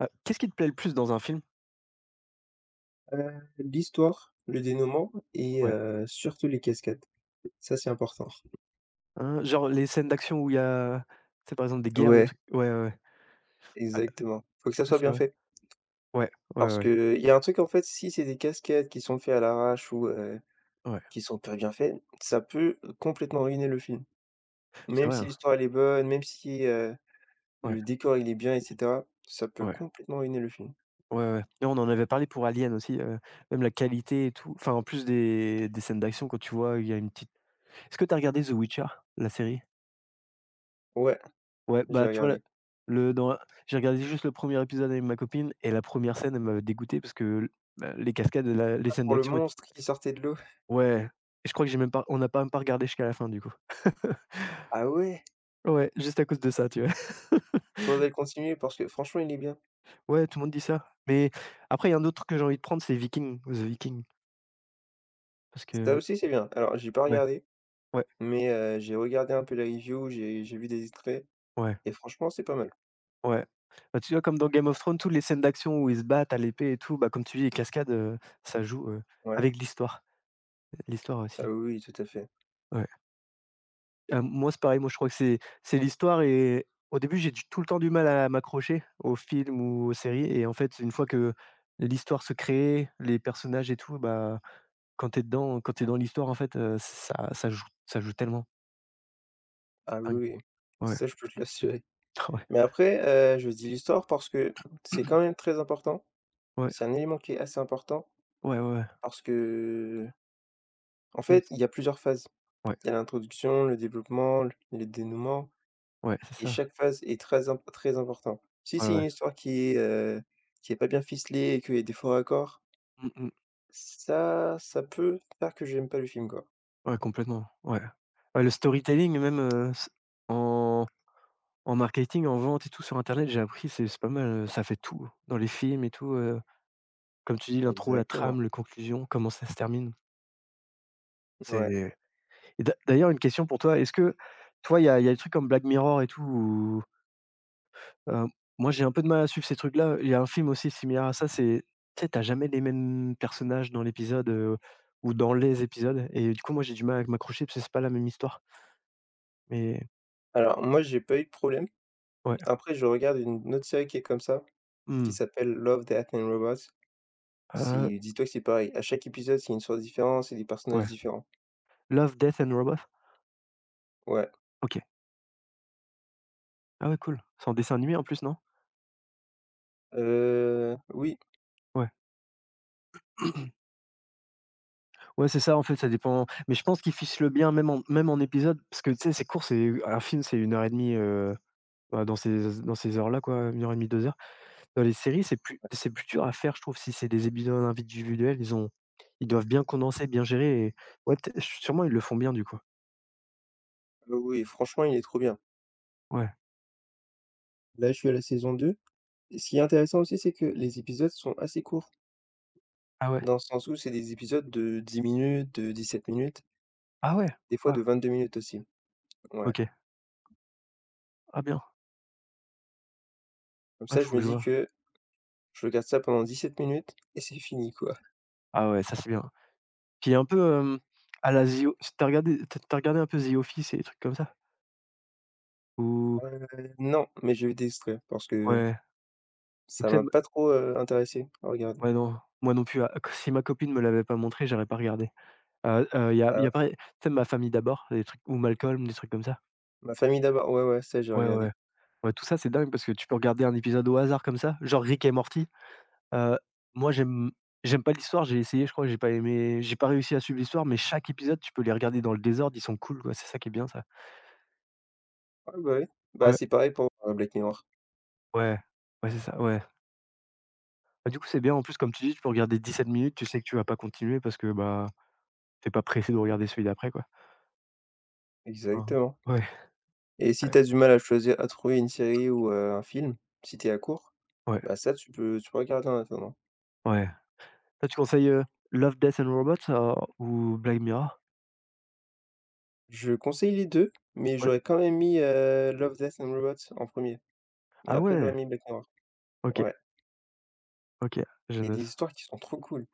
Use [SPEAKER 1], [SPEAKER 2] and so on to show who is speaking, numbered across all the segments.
[SPEAKER 1] Ah, qu'est-ce qui te plaît le plus dans un film?
[SPEAKER 2] L'histoire, le dénouement et
[SPEAKER 1] Ouais.
[SPEAKER 2] surtout les cascades. Ça, c'est important.
[SPEAKER 1] Hein, genre les scènes d'action où il y a, tu sais, par exemple des guerres ou des
[SPEAKER 2] Ouais.
[SPEAKER 1] trucs, ouais, ouais, ouais. Ah,
[SPEAKER 2] Exactement. Faut que ça
[SPEAKER 1] ah,
[SPEAKER 2] soit
[SPEAKER 1] c'est
[SPEAKER 2] bien
[SPEAKER 1] vrai.
[SPEAKER 2] fait.
[SPEAKER 1] Ouais, ouais,
[SPEAKER 2] Parce
[SPEAKER 1] ouais,
[SPEAKER 2] que il y a un truc, en fait, si c'est des cascades qui sont faits à l'arrache ou
[SPEAKER 1] ouais.
[SPEAKER 2] qui sont pas bien faites, ça peut complètement ruiner le film.
[SPEAKER 1] C'est
[SPEAKER 2] Même
[SPEAKER 1] vrai,
[SPEAKER 2] si
[SPEAKER 1] hein.
[SPEAKER 2] l'histoire, elle est bonne, même si,
[SPEAKER 1] Ouais,
[SPEAKER 2] le décor, il est bien et cetera, ça peut
[SPEAKER 1] ouais,
[SPEAKER 2] complètement ruiner le film.
[SPEAKER 1] ouais, ouais. Et on en avait parlé pour Alien aussi, même la qualité et tout. Enfin, en plus des scènes d'action quand tu vois, il y a une petite est-ce que tu as regardé The Witcher, la série?
[SPEAKER 2] Ouais,
[SPEAKER 1] Ouais,
[SPEAKER 2] j'ai
[SPEAKER 1] bah, tu vois la
[SPEAKER 2] regardé.
[SPEAKER 1] le dans la j'ai regardé juste le premier épisode avec ma copine, et la première scène, elle m'avait dégoûté parce que, bah, les cascades, la les
[SPEAKER 2] Ah,
[SPEAKER 1] scènes
[SPEAKER 2] pour le
[SPEAKER 1] d'action étaient,
[SPEAKER 2] monstre qui sortait de l'eau.
[SPEAKER 1] ouais, et je crois que j'ai même pas on n'a pas même pas regardé jusqu'à la fin, du coup.
[SPEAKER 2] Ah ouais!
[SPEAKER 1] Ouais, juste à cause de ça, tu vois?
[SPEAKER 2] Faudrait le continuer parce que franchement, il est bien.
[SPEAKER 1] Ouais, tout le monde dit ça. Mais après, il y a un autre truc que j'ai envie de prendre, c'est Viking, The Viking. Parce
[SPEAKER 2] Ça
[SPEAKER 1] que,
[SPEAKER 2] aussi, c'est bien. Alors, j'ai pas
[SPEAKER 1] ouais,
[SPEAKER 2] regardé.
[SPEAKER 1] ouais,
[SPEAKER 2] Mais j'ai regardé un peu la review, j'ai vu des extraits
[SPEAKER 1] ouais,
[SPEAKER 2] et franchement, c'est pas mal.
[SPEAKER 1] ouais. Bah, tu vois, comme dans Game of Thrones, toutes les scènes d'action où ils se battent à l'épée et tout, bah, comme tu dis, les cascades, ça joue,
[SPEAKER 2] Ouais.
[SPEAKER 1] avec l'histoire. L'histoire
[SPEAKER 2] Ah
[SPEAKER 1] aussi.
[SPEAKER 2] oui, oui, tout à fait.
[SPEAKER 1] Ouais. Ah, moi, c'est pareil, moi, je crois que c'est l'histoire, et au début, j'ai du tout le temps du mal à m'accrocher aux films ou aux séries, et en fait, une fois que l'histoire se crée, les personnages et tout, bah, quand tu es dedans, quand tu es dans l'histoire, en fait, ça joue tellement.
[SPEAKER 2] Ah
[SPEAKER 1] Ah oui.
[SPEAKER 2] oui, oui.
[SPEAKER 1] Ouais.
[SPEAKER 2] Ça, je peux te l'assurer.
[SPEAKER 1] Ah ouais.
[SPEAKER 2] Mais après, je dis l'histoire parce que c'est quand même très important.
[SPEAKER 1] Ouais.
[SPEAKER 2] C'est un élément qui est assez important
[SPEAKER 1] Ouais, ouais, ouais.
[SPEAKER 2] parce que en
[SPEAKER 1] Même
[SPEAKER 2] fait,
[SPEAKER 1] s
[SPEAKER 2] il y a plusieurs phases.
[SPEAKER 1] Ouais,
[SPEAKER 2] Il y a l'introduction, le développement, l le dénouement
[SPEAKER 1] ouais, c'est
[SPEAKER 2] et
[SPEAKER 1] ça.
[SPEAKER 2] chaque phase est très important. Si
[SPEAKER 1] Ouais,
[SPEAKER 2] c'est une
[SPEAKER 1] ouais.
[SPEAKER 2] histoire qui est pas bien ficelée et qu'il y a des faux raccords,
[SPEAKER 1] Mmh mh.
[SPEAKER 2] ça peut faire que j'aime pas le film, quoi.
[SPEAKER 1] Ouais, complètement. Ouais. Ouais, le storytelling même, s en en marketing, en vente et tout sur internet, j'ai appris, c'est pas mal, ça fait tout dans les films et tout, comme tu dis, l'intro, la
[SPEAKER 2] Exactement.
[SPEAKER 1] trame, le conclusion, comment ça se termine.
[SPEAKER 2] Ouais.
[SPEAKER 1] C'est et d'a d'ailleurs, une question pour toi, est-ce que, toi, il y a des trucs comme Black Mirror et tout, où Heu, moi, j'ai un peu de mal à suivre ces trucs-là. Il y a un film aussi similaire à ça, c'est tu sais, t'as jamais les mêmes personnages dans l'épisode, ou dans les épisodes, et du coup, moi, j'ai du mal à m'accrocher parce que c'est pas la même histoire. Mais,
[SPEAKER 2] Alors moi, j'ai pas eu de problème.
[SPEAKER 1] ouais.
[SPEAKER 2] Après, je regarde une autre série qui est comme ça, qui
[SPEAKER 1] Mmh.
[SPEAKER 2] s'appelle Love, Death and Robots.
[SPEAKER 1] Heu,
[SPEAKER 2] C'est dis-toi que c'est pareil. À chaque épisode, c'est une histoire différente, c'est des personnages
[SPEAKER 1] ouais.
[SPEAKER 2] différents.
[SPEAKER 1] Love, Death and Robots?
[SPEAKER 2] Ouais.
[SPEAKER 1] OK. Ah ouais, cool. C'est en dessin animé en plus, non?
[SPEAKER 2] Heu, oui,
[SPEAKER 1] Ouais. Ouais, c'est ça, en fait, ça dépend, mais je pense qu'ils fichent le bien même en épisode, parce que, tu sais, c'est court, c'est un film, c'est une heure et demie, bah, dans ces heures-là, quoi. Une heure et demie, 2 heures. Dans les séries, c'est plus dur à faire, je trouve, si c'est des épisodes individuels, ils doivent bien condenser, bien gérer, et, ouais, peut sûrement, ils le font bien, du coup.
[SPEAKER 2] euh, oui, franchement, il est trop bien.
[SPEAKER 1] Ouais.
[SPEAKER 2] Là, je suis à la saison 2. Et ce qui est intéressant aussi, c'est que les épisodes sont assez courts,
[SPEAKER 1] Ah ouais.
[SPEAKER 2] dans le sens où c'est des épisodes de 10 minutes, de 17 minutes,
[SPEAKER 1] Ah ouais?
[SPEAKER 2] des fois
[SPEAKER 1] Ouais,
[SPEAKER 2] de 22 minutes aussi. Ouais.
[SPEAKER 1] OK. Ah bien.
[SPEAKER 2] Comme
[SPEAKER 1] Ouais,
[SPEAKER 2] ça, je
[SPEAKER 1] faut
[SPEAKER 2] me
[SPEAKER 1] que je
[SPEAKER 2] dis
[SPEAKER 1] vois.
[SPEAKER 2] que je regarde ça pendant 17 minutes et c'est fini, quoi.
[SPEAKER 1] Ah ouais, ça, c'est bien. Puis un peu, à la The O tu regardé, t'as as regardé un peu The Office et des trucs comme ça? Ou
[SPEAKER 2] Heu, non, mais je vais t'extraire parce que
[SPEAKER 1] ouais, ou
[SPEAKER 2] ça
[SPEAKER 1] tu sais
[SPEAKER 2] m'a pas trop, intéressé à regarder.
[SPEAKER 1] ouais, non, moi non plus, ah, si ma copine me l'avait pas montré, j'aurais pas regardé. Il y a
[SPEAKER 2] Ah
[SPEAKER 1] il y
[SPEAKER 2] ouais.
[SPEAKER 1] a pareil, tu sais, Ma famille d'abord, des trucs, ou Malcolm, des trucs comme ça?
[SPEAKER 2] Ma famille d'abord, ouais, ouais, ça j'ai
[SPEAKER 1] Ouais,
[SPEAKER 2] regardé.
[SPEAKER 1] ouais. Ouais, tout ça, c'est dingue, parce que tu peux regarder un épisode au hasard comme ça, genre Rick et Morty. Heu, moi, j'aime pas l'histoire, j'ai essayé, je crois, j'ai pas réussi à suivre l'histoire, mais chaque épisode, tu peux les regarder dans le désordre, ils sont cool, quoi. C'est ça qui est bien, ça.
[SPEAKER 2] Ouais, bah, oui. Bah,
[SPEAKER 1] Ouais,
[SPEAKER 2] c'est pareil pour, Black Mirror.
[SPEAKER 1] ouais, ouais, c'est ça, ouais. Bah, du coup, c'est bien, en plus, comme tu dis, tu peux regarder 17 minutes, tu sais que tu vas pas continuer, parce que, bah, t'es pas pressé de regarder celui d'après, quoi. Enfin,
[SPEAKER 2] Exactement,
[SPEAKER 1] ouais,
[SPEAKER 2] et si
[SPEAKER 1] ouais,
[SPEAKER 2] tu as du mal à choisir à trouver une série ou, un film, si tu es à court,
[SPEAKER 1] ouais,
[SPEAKER 2] bah, ça tu peux regarder en attendant.
[SPEAKER 1] ouais. Toi, tu conseilles, Love, Death& and Robots, ou Black Mirror?
[SPEAKER 2] Je conseille les 2, mais
[SPEAKER 1] Ouais.
[SPEAKER 2] j'aurais quand même mis, Love, Death and Robots en premier. Et
[SPEAKER 1] Ah
[SPEAKER 2] après
[SPEAKER 1] ouais!
[SPEAKER 2] j'aurais mis Black Mirror.
[SPEAKER 1] OK,
[SPEAKER 2] Ouais,
[SPEAKER 1] OK, je
[SPEAKER 2] et des
[SPEAKER 1] note.
[SPEAKER 2] histoires qui sont trop cool.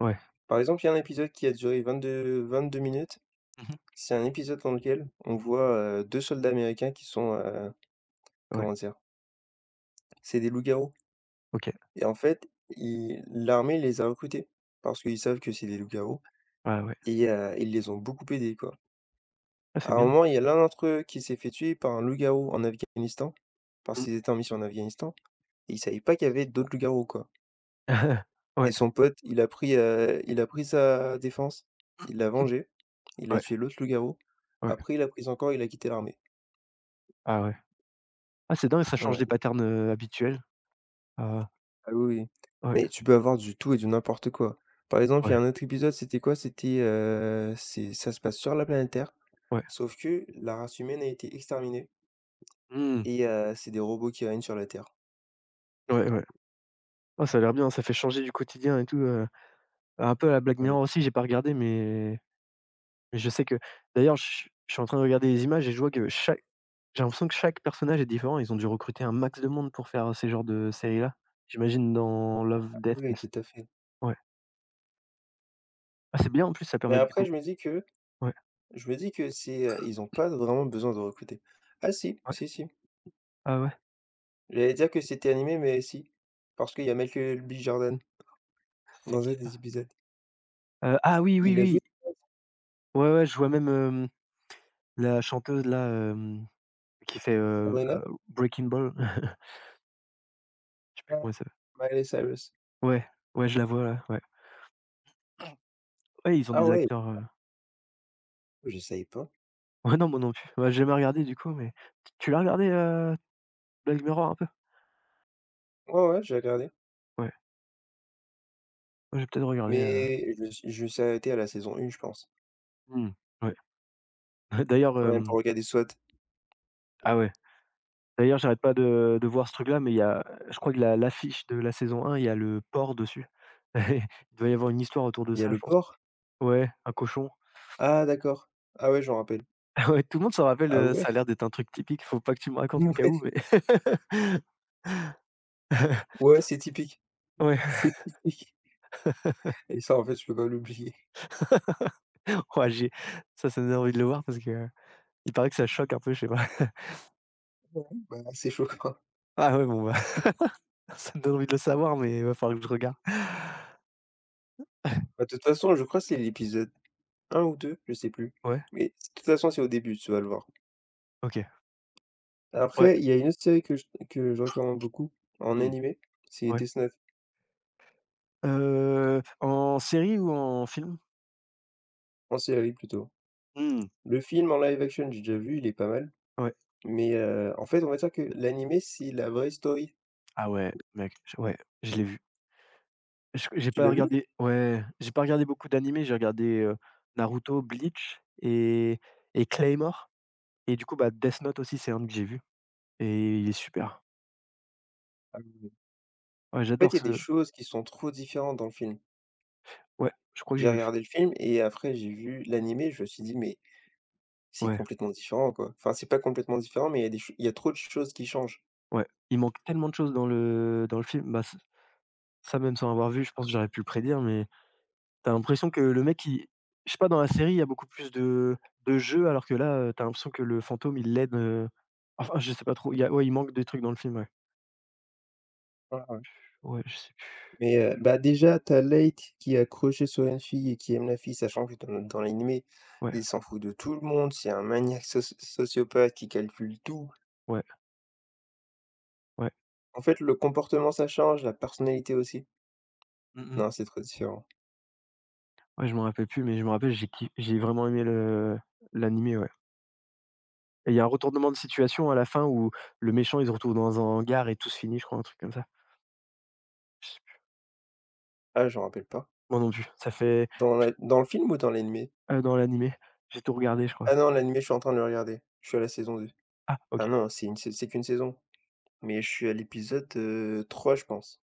[SPEAKER 1] Ouais.
[SPEAKER 2] Par exemple, il y a un épisode qui a duré 22-22 minutes.
[SPEAKER 1] Mmh.
[SPEAKER 2] C'est un épisode dans lequel on voit, 2 soldats américains qui sont,
[SPEAKER 1] Ouais,
[SPEAKER 2] comment dire? C'est des loups-garous
[SPEAKER 1] OK.
[SPEAKER 2] et en fait, ils l'armée les a recrutés parce qu'ils savent que c'est des loups-garous
[SPEAKER 1] Ah ouais.
[SPEAKER 2] et ils les ont beaucoup aidés, quoi.
[SPEAKER 1] Ah c'est
[SPEAKER 2] À un
[SPEAKER 1] bien.
[SPEAKER 2] moment, il y a l'un d'entre eux qui s'est fait tuer par un loup-garou en Afghanistan, parce
[SPEAKER 1] Mmh.
[SPEAKER 2] qu'ils étaient en mission en Afghanistan et ils savaient pas qu'il y avait d'autres loups-garous, quoi. Et
[SPEAKER 1] Ouais,
[SPEAKER 2] son pote, il a pris sa défense, il l'a vengé, il a
[SPEAKER 1] ouais,
[SPEAKER 2] tué l'autre loup-garou.
[SPEAKER 1] ouais.
[SPEAKER 2] Après, il a quitté l'armée.
[SPEAKER 1] Ah ouais. Ah c'est dingue, ça change des
[SPEAKER 2] Ouais.
[SPEAKER 1] patterns, habituels. Ah
[SPEAKER 2] Ah oui, oui.
[SPEAKER 1] ouais,
[SPEAKER 2] Mais tu peux avoir du tout et du n'importe quoi. Par exemple, il y
[SPEAKER 1] ouais,
[SPEAKER 2] a un autre épisode, c'était quoi? C'était, c'est ça se passe sur la planète Terre,
[SPEAKER 1] ouais.
[SPEAKER 2] sauf que la race humaine a été exterminée
[SPEAKER 1] Mmh.
[SPEAKER 2] et c'est des robots qui règnent sur la Terre.
[SPEAKER 1] Ouais, ouais. Ah ça a l'air bien, ça fait changer du quotidien et tout, un peu à la Black
[SPEAKER 2] Ah oui.
[SPEAKER 1] Mirror aussi, j'ai pas regardé, mais je sais que, d'ailleurs, je suis en train de regarder les images, et je vois que chaque j'ai l'impression que chaque personnage est différent. Ils ont dû recruter un max de monde pour faire ces genres de séries-là. J'imagine dans Love,
[SPEAKER 2] Ah oui,
[SPEAKER 1] Death and,
[SPEAKER 2] oui, tout à fait.
[SPEAKER 1] ouais. Ah c'est bien en plus, ça
[SPEAKER 2] Mais
[SPEAKER 1] permet de
[SPEAKER 2] après,
[SPEAKER 1] décou ouais,
[SPEAKER 2] je me dis que c'est, ils ont pas vraiment besoin de recruter. Ah si,
[SPEAKER 1] ouais.
[SPEAKER 2] si, si.
[SPEAKER 1] Ah ouais,
[SPEAKER 2] J'allais dire que c'était animé, mais si, parce qu'il y a Michael B. Jordan
[SPEAKER 1] c'est
[SPEAKER 2] dans un
[SPEAKER 1] qui
[SPEAKER 2] des
[SPEAKER 1] ça?
[SPEAKER 2] épisodes.
[SPEAKER 1] Ah oui, oui,
[SPEAKER 2] Il a joué
[SPEAKER 1] oui. Ouais, ouais, je vois même, la chanteuse là, qui fait,
[SPEAKER 2] Sabrina
[SPEAKER 1] Breaking Ball. Je sais plus
[SPEAKER 2] dans
[SPEAKER 1] comment elle s'appelle.
[SPEAKER 2] Miley Cyrus.
[SPEAKER 1] Ouais, ouais, je la vois là, ouais. Ouais, ils ont
[SPEAKER 2] Ah
[SPEAKER 1] des
[SPEAKER 2] ouais,
[SPEAKER 1] acteurs,
[SPEAKER 2] je savais pas.
[SPEAKER 1] ouais, non, moi non plus. Ouais, j'ai jamais regardé, du coup, mais t tu l'as regardé, Black Mirror un peu?
[SPEAKER 2] Ouais, ouais, j'ai regardé,
[SPEAKER 1] Ouais, ouais, j'ai peut-être regardé,
[SPEAKER 2] mais je me suis arrêté à la saison 1, je pense.
[SPEAKER 1] mmh, ouais. D'ailleurs,
[SPEAKER 2] Ouais,
[SPEAKER 1] hem
[SPEAKER 2] pour regarder SWAT.
[SPEAKER 1] ah ouais, d'ailleurs, j'arrête pas de voir ce truc-là, mais il y a je crois que la l'affiche de la saison 1, il y a le porc dessus. Il doit y avoir une histoire autour de
[SPEAKER 2] Il y a
[SPEAKER 1] ça, je
[SPEAKER 2] le
[SPEAKER 1] pense.
[SPEAKER 2] porc?
[SPEAKER 1] Ouais, un cochon.
[SPEAKER 2] Ah d'accord. Ah ouais, je m'en rappelle.
[SPEAKER 1] Ah ouais, tout le monde s'en rappelle,
[SPEAKER 2] Ah ouais?
[SPEAKER 1] ça a l'air d'être un truc typique, faut pas que tu me racontes au cas où, mais
[SPEAKER 2] Ouais, ouais, c'est typique,
[SPEAKER 1] ouais,
[SPEAKER 2] c'est typique et ça, en fait, je peux pas l'oublier.
[SPEAKER 1] ouais j'ai ça me donne envie de le voir, parce que, il paraît que ça choque un peu, je sais pas.
[SPEAKER 2] Ouais, bah, c'est choquant.
[SPEAKER 1] Ah ouais, bon, bah, ça me donne envie de le savoir, mais il va falloir que je regarde.
[SPEAKER 2] Bah, de toute façon, je crois que c'est l'épisode un ou deux, je sais plus,
[SPEAKER 1] Ouais,
[SPEAKER 2] mais de toute façon, c'est au début, tu vas le voir.
[SPEAKER 1] OK. Ouais,
[SPEAKER 2] Après, il y a une autre série que je recommande beaucoup en
[SPEAKER 1] mmh,
[SPEAKER 2] animé, c'est
[SPEAKER 1] ouais.
[SPEAKER 2] Death Note,
[SPEAKER 1] En série ou en film?
[SPEAKER 2] en série plutôt.
[SPEAKER 1] Mmh,
[SPEAKER 2] Le film en live action, j'ai déjà vu, il est pas mal,
[SPEAKER 1] ouais.
[SPEAKER 2] mais en fait, on va dire que l'animé, c'est la vraie story.
[SPEAKER 1] Ah ouais, mec, j ouais, je l'ai vu. J'ai
[SPEAKER 2] Tu
[SPEAKER 1] pas
[SPEAKER 2] l'as vu?
[SPEAKER 1] regardé, ouais, j'ai pas regardé beaucoup d'animés, j'ai regardé, Naruto, Bleach, et Claymore. Et du coup, bah, Death Note aussi, c'est un que j'ai vu, et il est super.
[SPEAKER 2] Ah oui.
[SPEAKER 1] Ouais,
[SPEAKER 2] En fait, il
[SPEAKER 1] j'adore
[SPEAKER 2] y a des
[SPEAKER 1] ce
[SPEAKER 2] choses qui sont trop différentes dans le film.
[SPEAKER 1] ouais, je crois que
[SPEAKER 2] J'ai
[SPEAKER 1] j'ai vu.
[SPEAKER 2] regardé le film et après j'ai vu l'animé, je me suis dit: «Mais c'est
[SPEAKER 1] Ouais,
[SPEAKER 2] complètement différent, quoi.» Enfin, c'est pas complètement différent, mais il y a trop de choses qui changent.
[SPEAKER 1] ouais. Il manque tellement de choses dans le film. Bah, ç ça, même sans avoir vu, je pense que j'aurais pu le prédire, mais t'as l'impression que le mec, il je sais pas, dans la série, il y a beaucoup plus de jeux, alors que là, tu l'impression que le fantôme, il l'aide, enfin, je sais pas trop, il y a ouais, il manque des trucs dans le film, ouais.
[SPEAKER 2] Ouais, ouais.
[SPEAKER 1] Ouais, je sais plus.
[SPEAKER 2] Mais, bah, déjà, tu as Leït qui est accroché sur une fille et qui aime la fille, sachant que dans l'animé,
[SPEAKER 1] Ouais,
[SPEAKER 2] il s'en fout de tout le monde, c'est un maniaque sociopathe qui calcule tout.
[SPEAKER 1] ouais, ouais.
[SPEAKER 2] En fait, le comportement, ça change, la personnalité aussi.
[SPEAKER 1] Mmh mh.
[SPEAKER 2] Non, c'est trop différent.
[SPEAKER 1] Ouais, je m'en rappelle plus, mais je me rappelle, j'ai vraiment aimé le l'animé, ouais. Et il y a un retournement de situation à la fin, où le méchant, il se retrouve dans un hangar et tout se finit, je crois, un truc comme ça. Je sais plus.
[SPEAKER 2] Ah, je me rappelle pas.
[SPEAKER 1] Moi non plus, ça fait
[SPEAKER 2] Dans la dans le film ou dans l'animé?
[SPEAKER 1] dans l'animé, j'ai tout regardé, je crois.
[SPEAKER 2] Ah non, l'animé, je suis en train de le regarder. Je suis à la saison deux.
[SPEAKER 1] Ah OK,
[SPEAKER 2] Ah non, c'est une sai c'est qu'une saison, mais je suis à l'épisode, 3, je pense.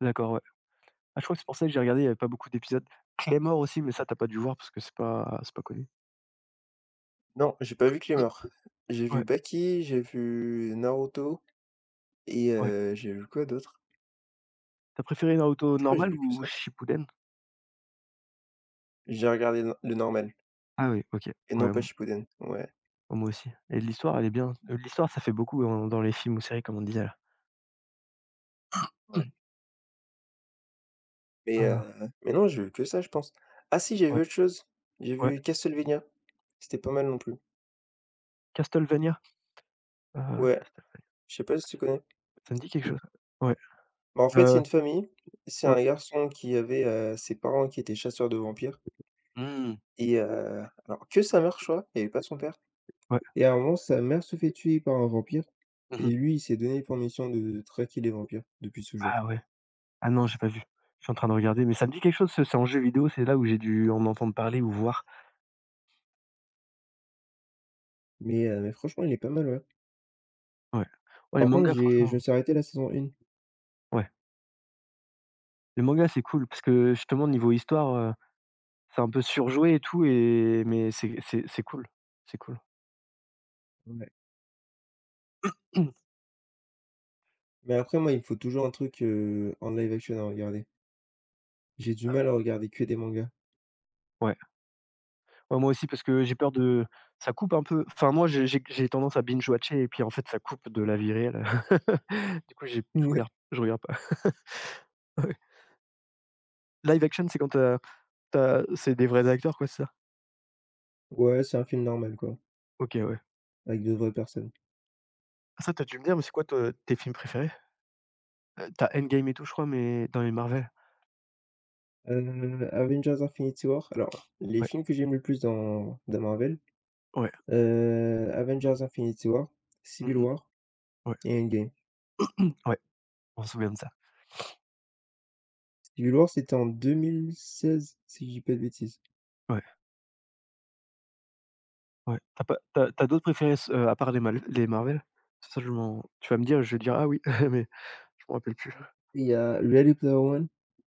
[SPEAKER 1] d'accord, ouais. Ah, je crois que c'est pour ça que j'ai regardé, il y avait pas beaucoup d'épisodes. Claymore aussi, mais ça, t'as pas dû voir, parce que c'est pas connu.
[SPEAKER 2] Non, j'ai pas vu Claymore. J'ai vu
[SPEAKER 1] Ouais,
[SPEAKER 2] Baki, j'ai vu Naruto et
[SPEAKER 1] ouais.
[SPEAKER 2] j'ai vu quoi d'autre?
[SPEAKER 1] T'as préféré Naruto
[SPEAKER 2] Je crois que j'ai
[SPEAKER 1] normal
[SPEAKER 2] vu que
[SPEAKER 1] ou
[SPEAKER 2] ça.
[SPEAKER 1] Shippuden?
[SPEAKER 2] J'ai regardé le normal
[SPEAKER 1] Ah oui, OK.
[SPEAKER 2] et
[SPEAKER 1] Ouais,
[SPEAKER 2] non pas
[SPEAKER 1] m
[SPEAKER 2] Shippuden, ouais,
[SPEAKER 1] moi aussi, et l'histoire, elle est bien. L'histoire, ça fait beaucoup dans les films ou séries, comme on disait là.
[SPEAKER 2] ouais. Mais heu,
[SPEAKER 1] Ah
[SPEAKER 2] mais non, j'ai vu que ça, je pense. Ah si, j'ai vu
[SPEAKER 1] ouais,
[SPEAKER 2] autre chose, j'ai
[SPEAKER 1] ouais.
[SPEAKER 2] vu Castlevania, c'était pas mal non plus.
[SPEAKER 1] Castlevania? Heu,
[SPEAKER 2] Ouais,
[SPEAKER 1] Castleva
[SPEAKER 2] je sais pas si tu connais?
[SPEAKER 1] ça me dit quelque chose. Ouais,
[SPEAKER 2] Bah, en fait, c'est
[SPEAKER 1] heu,
[SPEAKER 2] une famille, c'est
[SPEAKER 1] ouais.
[SPEAKER 2] un garçon qui avait, ses parents qui étaient chasseurs de vampires
[SPEAKER 1] Mmh.
[SPEAKER 2] et alors que sa mère, je crois, il y avait pas son père
[SPEAKER 1] Ouais.
[SPEAKER 2] et à un moment, sa mère se fait tuer par un vampire
[SPEAKER 1] Mmh mh.
[SPEAKER 2] et lui, il s'est donné pour mission de traquer les vampires depuis ce jour.
[SPEAKER 1] Ah ouais. Ah non, j'ai pas vu. Je suis en train de regarder, mais ça me dit quelque chose, ce c'est en jeu vidéo, c'est là où j'ai dû en entendre parler ou voir.
[SPEAKER 2] Mais franchement, il est pas mal, ouais.
[SPEAKER 1] Ouais. Ouais, les
[SPEAKER 2] Par contre,
[SPEAKER 1] mangas
[SPEAKER 2] j'ai je
[SPEAKER 1] franchement,
[SPEAKER 2] me suis arrêté la saison 1.
[SPEAKER 1] ouais. Les mangas, c'est cool, parce que justement, niveau histoire, c'est un peu surjoué et tout, et mais c'est cool, c'est cool.
[SPEAKER 2] Ouais. Mais après, moi, il me faut toujours un truc, en live action à regarder. J'ai du mal à regarder que des mangas.
[SPEAKER 1] Ouais. Ouais, moi aussi, parce que j'ai peur de ça coupe un peu, enfin moi, j'ai tendance à binge watcher et puis en fait, ça coupe de la vie réelle. Du coup, j'ai je
[SPEAKER 2] Ouais,
[SPEAKER 1] regarde je regarde pas. Ouais. Live action, c'est quand tu as c'est des vrais acteurs, quoi, c'est ça?
[SPEAKER 2] ouais, c'est un film normal, quoi,
[SPEAKER 1] OK, ouais.
[SPEAKER 2] avec de vraies personnes.
[SPEAKER 1] Ah, ça, t'as dû me dire, mais c'est quoi, toi, tes films préférés? Tu Endgame et tout, je crois, mais dans les Marvel?
[SPEAKER 2] Avengers Infinity War, alors, les
[SPEAKER 1] Ouais,
[SPEAKER 2] films que j'aime le plus dans Marvel,
[SPEAKER 1] ouais,
[SPEAKER 2] Avengers Infinity War, Civil
[SPEAKER 1] mmh mh,
[SPEAKER 2] War
[SPEAKER 1] ouais,
[SPEAKER 2] et Endgame.
[SPEAKER 1] ouais, on se souvient de ça.
[SPEAKER 2] Civil War, c'était en 2016, si je dis pas de bêtises.
[SPEAKER 1] Ouais, ouais. T'as pas t'as as d'autres préférés, s à part les mal les Marvel? Ça, je m'en tu vas me dire, je vais dire: «Ah oui», mais je me rappelle plus.
[SPEAKER 2] Il y a Ready Player One,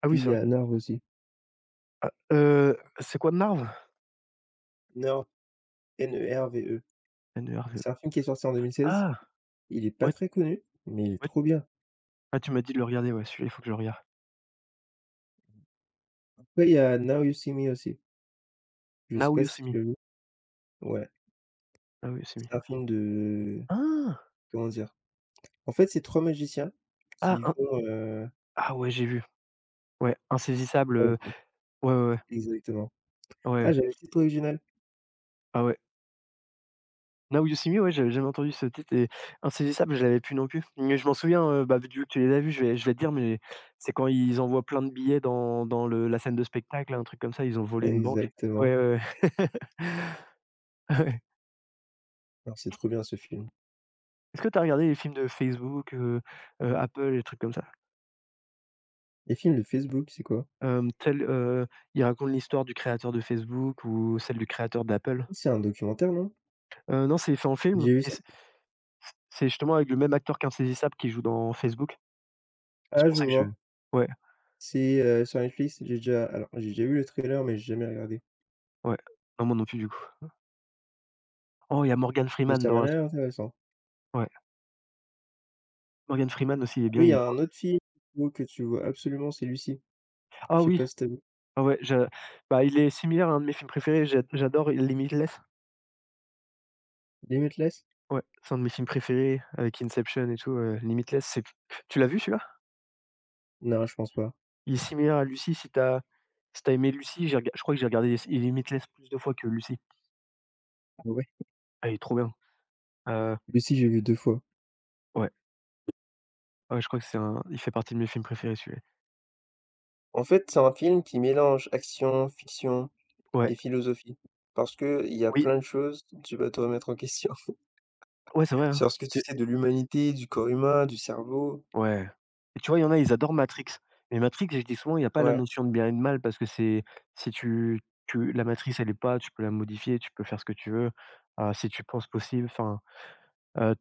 [SPEAKER 1] Ah
[SPEAKER 2] puis
[SPEAKER 1] oui,
[SPEAKER 2] il
[SPEAKER 1] c'est
[SPEAKER 2] y
[SPEAKER 1] vrai.
[SPEAKER 2] a Nerve aussi.
[SPEAKER 1] Ah, c'est quoi Narv?
[SPEAKER 2] Nerve, N-E-R-V-E.
[SPEAKER 1] Nerve.
[SPEAKER 2] C'est un film qui est sorti en 2016.
[SPEAKER 1] Ah!
[SPEAKER 2] Il est pas
[SPEAKER 1] Ouais,
[SPEAKER 2] très connu, mais il est
[SPEAKER 1] ouais,
[SPEAKER 2] trop bien.
[SPEAKER 1] ah, tu m'as dit de le regarder, ouais, celui-là, il faut que je le regarde.
[SPEAKER 2] Ouais, il y a Now You See Me aussi. Je sais
[SPEAKER 1] Now
[SPEAKER 2] pas
[SPEAKER 1] You
[SPEAKER 2] si
[SPEAKER 1] See
[SPEAKER 2] tu
[SPEAKER 1] Me,
[SPEAKER 2] l'as vu? Ouais,
[SPEAKER 1] Now You See Me.
[SPEAKER 2] c'est un film de
[SPEAKER 1] Ah!
[SPEAKER 2] comment dire? En fait, c'est 3 magiciens
[SPEAKER 1] Ah,
[SPEAKER 2] qui
[SPEAKER 1] in
[SPEAKER 2] vont,
[SPEAKER 1] ah ouais, j'ai vu. Ouais, Insaisissable,
[SPEAKER 2] ah OK,
[SPEAKER 1] ouais, ouais, ouais.
[SPEAKER 2] exactement.
[SPEAKER 1] Ouais, ouais.
[SPEAKER 2] Ah, j'avais le titre original.
[SPEAKER 1] Ah ouais. Now You See Me, ouais, j'avais jamais entendu ce titre, et Insaisissable, je l'avais plus non plus. Mais je m'en souviens, bah, vu que tu les as vus, je vais te dire, mais c'est quand ils envoient plein de billets dans le la scène de spectacle, un truc comme ça, ils ont volé une banque.
[SPEAKER 2] Exactement.
[SPEAKER 1] Ouais, ouais, ouais. Ouais.
[SPEAKER 2] Alors c'est trop bien ce film.
[SPEAKER 1] Est-ce que tu as regardé les films de Facebook, Apple, les trucs comme ça?
[SPEAKER 2] Les films de Facebook, c'est quoi?
[SPEAKER 1] Hem, tel, heu, il raconte l'histoire du créateur de Facebook ou celle du créateur d'Apple.
[SPEAKER 2] C'est un documentaire, non?
[SPEAKER 1] Non, c'est fait en film,
[SPEAKER 2] J'ai vu
[SPEAKER 1] et
[SPEAKER 2] ça.
[SPEAKER 1] c'est c'est justement avec le même acteur qu'Insaisissable qui joue dans Facebook. C'est
[SPEAKER 2] Ah,
[SPEAKER 1] pour
[SPEAKER 2] je
[SPEAKER 1] ça que je,
[SPEAKER 2] vois.
[SPEAKER 1] ouais,
[SPEAKER 2] C'est, sur Netflix, j'ai déjà vu le trailer, mais j'ai jamais regardé.
[SPEAKER 1] ouais. Non, moi non plus, du coup. Oh, il y a Morgan
[SPEAKER 2] Mais
[SPEAKER 1] Freeman
[SPEAKER 2] ça m'a
[SPEAKER 1] dans un film.
[SPEAKER 2] l'air intéressant.
[SPEAKER 1] Ouais, Morgan Freeman aussi, il est
[SPEAKER 2] Ah
[SPEAKER 1] bien,
[SPEAKER 2] oui, il y
[SPEAKER 1] il
[SPEAKER 2] a
[SPEAKER 1] est dans,
[SPEAKER 2] un autre film, que tu vois absolument, c'est Lucy. Je
[SPEAKER 1] ah
[SPEAKER 2] sais
[SPEAKER 1] oui,
[SPEAKER 2] pas si t'as vu?
[SPEAKER 1] ah ouais, je, bah, il est similaire à un de mes films préférés, j'adore Limitless.
[SPEAKER 2] Limitless?
[SPEAKER 1] Ouais, c'est un de mes films préférés avec Inception et tout, Limitless, c'est tu l'as vu celui-là?
[SPEAKER 2] Non, je pense pas.
[SPEAKER 1] Il est similaire à Lucy, si t'as aimé Lucy, j'ai rega je crois que j'ai regardé s Limitless plus de fois que Lucy. Ah, il est trop bien. Heu,
[SPEAKER 2] Lui aussi, j'ai vu deux fois.
[SPEAKER 1] ouais, ouais, je crois que c'est un il fait partie de mes films préférés, celui-là.
[SPEAKER 2] En fait, c'est un film qui mélange action, fiction
[SPEAKER 1] Ouais,
[SPEAKER 2] et philosophie. Parce que il y a
[SPEAKER 1] oui,
[SPEAKER 2] plein de choses, tu vas te remettre en question
[SPEAKER 1] ouais, c'est vrai, hein.
[SPEAKER 2] sur ce que tu sais de l'humanité, du corps humain, du cerveau.
[SPEAKER 1] Ouais. Et tu vois, il y en a, ils adorent Matrix. Mais Matrix, je dis souvent, il y a pas la
[SPEAKER 2] Ouais.
[SPEAKER 1] notion de bien et de mal, parce que c'est si tu, la matrice, elle est pas, tu peux la modifier, tu peux faire ce que tu veux, si tu penses possible, enfin, heu,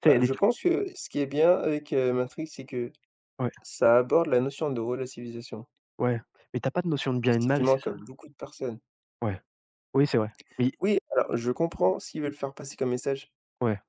[SPEAKER 1] tu sais, il
[SPEAKER 2] Bah,
[SPEAKER 1] y a des
[SPEAKER 2] je
[SPEAKER 1] trucs,
[SPEAKER 2] pense que ce qui est bien avec, Matrix, c'est que
[SPEAKER 1] ouais,
[SPEAKER 2] ça aborde la notion de relativisation,
[SPEAKER 1] ouais, mais t'as pas de notion de bien et de
[SPEAKER 2] ce qui
[SPEAKER 1] mal, c'est
[SPEAKER 2] manque à
[SPEAKER 1] ça?
[SPEAKER 2] beaucoup de personnes.
[SPEAKER 1] Ouais. Oui, c'est vrai. Oui,
[SPEAKER 2] Oui, alors je comprends ce qu'ils veulent faire passer comme message.
[SPEAKER 1] ouais.